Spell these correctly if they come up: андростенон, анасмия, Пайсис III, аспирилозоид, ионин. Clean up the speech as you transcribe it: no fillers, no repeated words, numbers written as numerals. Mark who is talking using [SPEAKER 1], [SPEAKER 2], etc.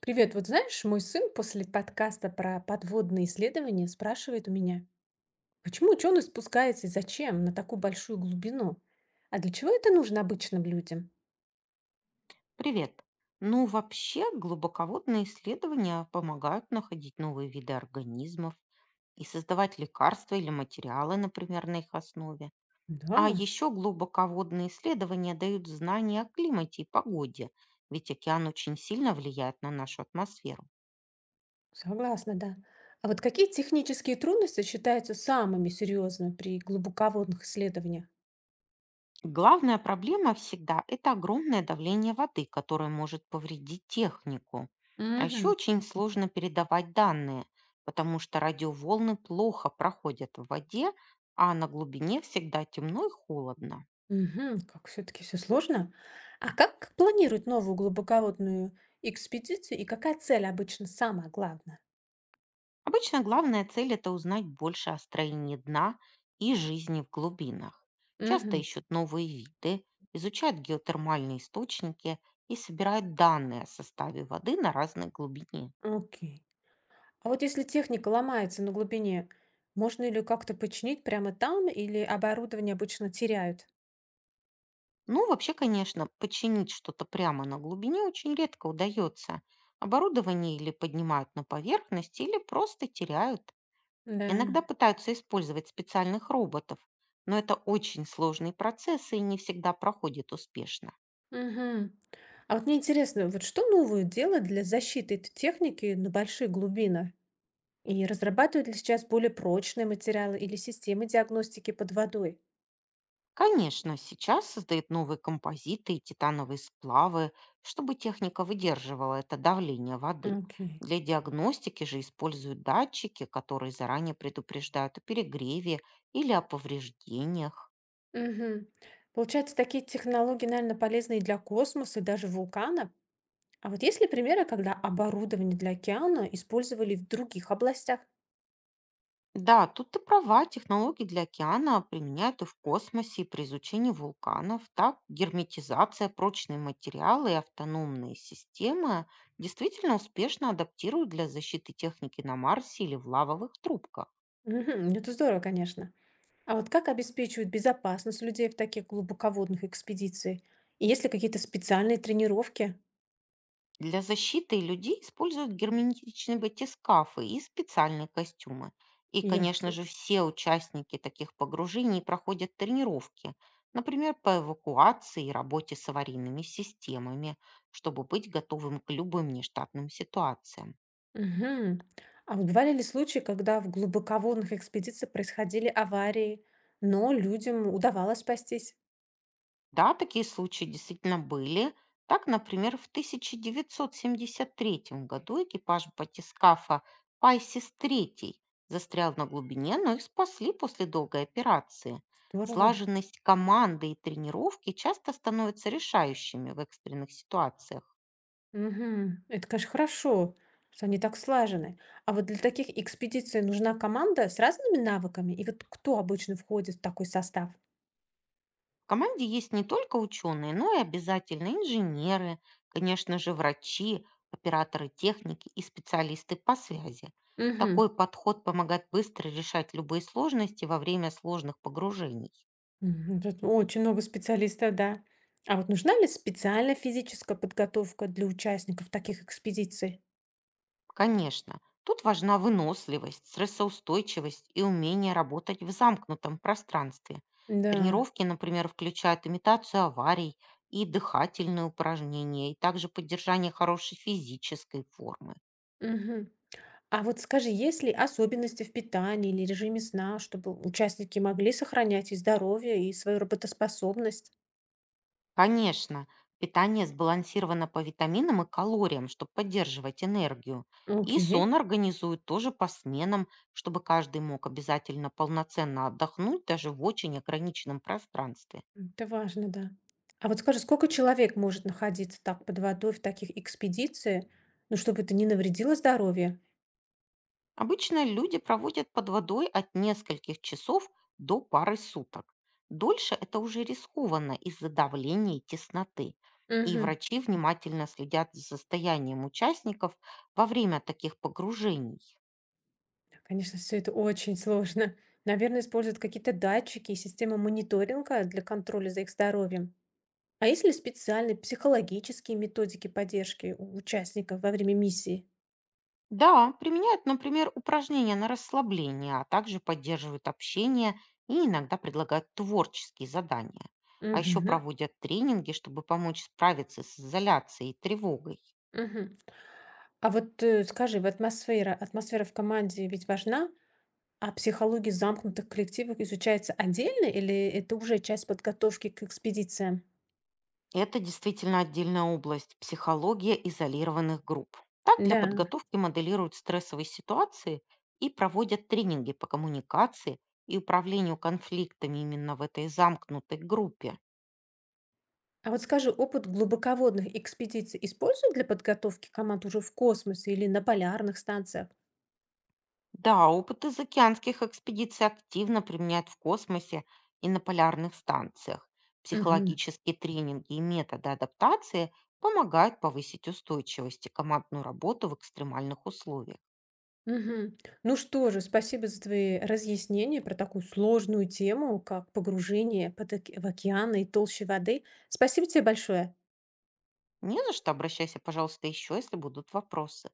[SPEAKER 1] Привет, вот знаешь, мой сын после подкаста про подводные исследования спрашивает у меня, почему ученый спускается и зачем на такую большую глубину? А для чего это нужно обычным людям?
[SPEAKER 2] Привет. Ну, вообще, глубоководные исследования помогают находить новые виды организмов и создавать лекарства или материалы, например, на их основе.
[SPEAKER 1] Да,
[SPEAKER 2] А еще глубоководные исследования дают знания о климате и погоде, ведь океан очень сильно влияет на нашу атмосферу.
[SPEAKER 1] согласна, да. А вот какие технические трудности считаются самыми серьезными при глубоководных исследованиях?
[SPEAKER 2] Главная проблема всегда — это огромное давление воды, которое может повредить технику. А еще
[SPEAKER 1] Угу.
[SPEAKER 2] очень сложно передавать данные, потому что радиоволны плохо проходят в воде, а на глубине всегда темно и холодно.
[SPEAKER 1] Угу, как все-таки все сложно. А как планируют новую глубоководную экспедицию и какая цель обычно самая главная?
[SPEAKER 2] Обычно главная цель — это узнать больше о строении дна и жизни в глубинах. Часто
[SPEAKER 1] Угу.
[SPEAKER 2] ищут новые виды, изучают геотермальные источники и собирают данные о составе воды на разной глубине.
[SPEAKER 1] Окей. А вот если техника ломается на глубине, можно ли как-то починить прямо там, или оборудование обычно теряют?
[SPEAKER 2] Ну, вообще, конечно, починить что-то прямо на глубине очень редко удается. Оборудование или поднимают на поверхность, или просто теряют. Иногда
[SPEAKER 1] Да.
[SPEAKER 2] пытаются использовать специальных роботов, но это очень сложный процесс и не всегда проходит успешно.
[SPEAKER 1] Мгм. А вот мне интересно, вот что новое делать для защиты этой техники на большие глубины? И разрабатывают ли сейчас более прочные материалы или системы диагностики под водой?
[SPEAKER 2] Конечно, сейчас создают новые композиты и титановые сплавы, чтобы техника выдерживала это давление воды.
[SPEAKER 1] Окей.
[SPEAKER 2] Для диагностики же используют датчики, которые заранее предупреждают о перегреве или о повреждениях.
[SPEAKER 1] Мгм. Получается, такие технологии, наверное, полезны и для космоса, и даже вулкана. А вот есть ли примеры, когда оборудование для океана использовали в других областях?
[SPEAKER 2] Да, тут ты права, технологии для океана применяют и в космосе, и при изучении вулканов. Так, герметизация, прочные материалы и автономные системы действительно успешно адаптируют для защиты техники на Марсе или в лавовых трубках.
[SPEAKER 1] Мгм. Ну это здорово, конечно. А вот как обеспечивают безопасность людей в таких глубоководных экспедициях? И есть ли какие-то специальные тренировки?
[SPEAKER 2] Для защиты людей используют герметичные батискафы и специальные костюмы. И, конечно
[SPEAKER 1] Ясно.
[SPEAKER 2] же, все участники таких погружений проходят тренировки, например, по эвакуации и работе с аварийными системами, чтобы быть готовым к любым нештатным ситуациям.
[SPEAKER 1] Мгм. А вот бывали ли случаи, когда в глубоководных экспедициях происходили аварии, но людям удавалось спастись?
[SPEAKER 2] Да, такие случаи действительно были. Так, например, в 1973 году экипаж батискафа «Пайсис III» застрял на глубине, но их спасли после долгой операции.
[SPEAKER 1] Здорово.
[SPEAKER 2] Слаженность команды и тренировки часто становятся решающими в экстренных ситуациях.
[SPEAKER 1] Мгм. Это, конечно, хорошо, что они так слажены. А вот для таких экспедиций нужна команда с разными навыками? И вот кто обычно входит в такой состав?
[SPEAKER 2] В команде есть не только ученые, но и обязательно инженеры, конечно же, врачи, операторы техники и специалисты по связи.
[SPEAKER 1] Угу.
[SPEAKER 2] Такой подход помогает быстро решать любые сложности во время сложных погружений.
[SPEAKER 1] Мгм. Тут очень много специалистов, да. А вот нужна ли специальная физическая подготовка для участников таких экспедиций?
[SPEAKER 2] Конечно, тут важна выносливость, стрессоустойчивость и умение работать в замкнутом пространстве.
[SPEAKER 1] Да.
[SPEAKER 2] Тренировки, например, включают имитацию аварий и дыхательные упражнения, и также поддержание хорошей физической формы.
[SPEAKER 1] Мгм. А вот скажи, есть ли особенности в питании или режиме сна, чтобы участники могли сохранять и здоровье, и свою работоспособность?
[SPEAKER 2] Конечно, питание сбалансировано по витаминам и калориям, чтобы поддерживать энергию. И
[SPEAKER 1] Окей.
[SPEAKER 2] сон организуют тоже по сменам, чтобы каждый мог обязательно полноценно отдохнуть даже в очень ограниченном пространстве.
[SPEAKER 1] Это важно, да. А вот скажи, сколько человек может находиться так под водой в таких экспедициях, ну, чтобы это не навредило здоровью?
[SPEAKER 2] Обычно люди проводят под водой от нескольких часов до пары суток. Дольше это уже рискованно из-за давления и тесноты. И
[SPEAKER 1] Мгм.
[SPEAKER 2] врачи внимательно следят за состоянием участников во время таких погружений.
[SPEAKER 1] Конечно, все это очень сложно. Наверное, используют какие-то датчики и системы мониторинга для контроля за их здоровьем. А есть ли специальные психологические методики поддержки у участников во время миссии?
[SPEAKER 2] Да, применяют, например, упражнения на расслабление, а также поддерживают общение и иногда предлагают творческие задания. А еще
[SPEAKER 1] Мгм.
[SPEAKER 2] проводят тренинги, чтобы помочь справиться с изоляцией и тревогой.
[SPEAKER 1] Мгм. А вот скажи, вот атмосфера в команде ведь важна, а психология замкнутых коллективов изучается отдельно или это уже часть подготовки к экспедициям?
[SPEAKER 2] Это действительно отдельная область — психология изолированных групп. Так для
[SPEAKER 1] Да.
[SPEAKER 2] подготовки моделируют стрессовые ситуации и проводят тренинги по коммуникации и управлению конфликтами именно в этой замкнутой группе.
[SPEAKER 1] А вот скажи, опыт глубоководных экспедиций используют для подготовки команд уже в космосе или на полярных станциях?
[SPEAKER 2] Да, опыт из океанских экспедиций активно применяют в космосе и на полярных станциях.
[SPEAKER 1] Мгм.
[SPEAKER 2] Психологические тренинги и методы адаптации помогают повысить устойчивость и командную работу в экстремальных условиях.
[SPEAKER 1] Мгм. Ну что же, спасибо за твои разъяснения про такую сложную тему, как погружение в океаны и толще воды. Спасибо тебе большое.
[SPEAKER 2] Не за что, обращайся, пожалуйста, еще, если будут вопросы.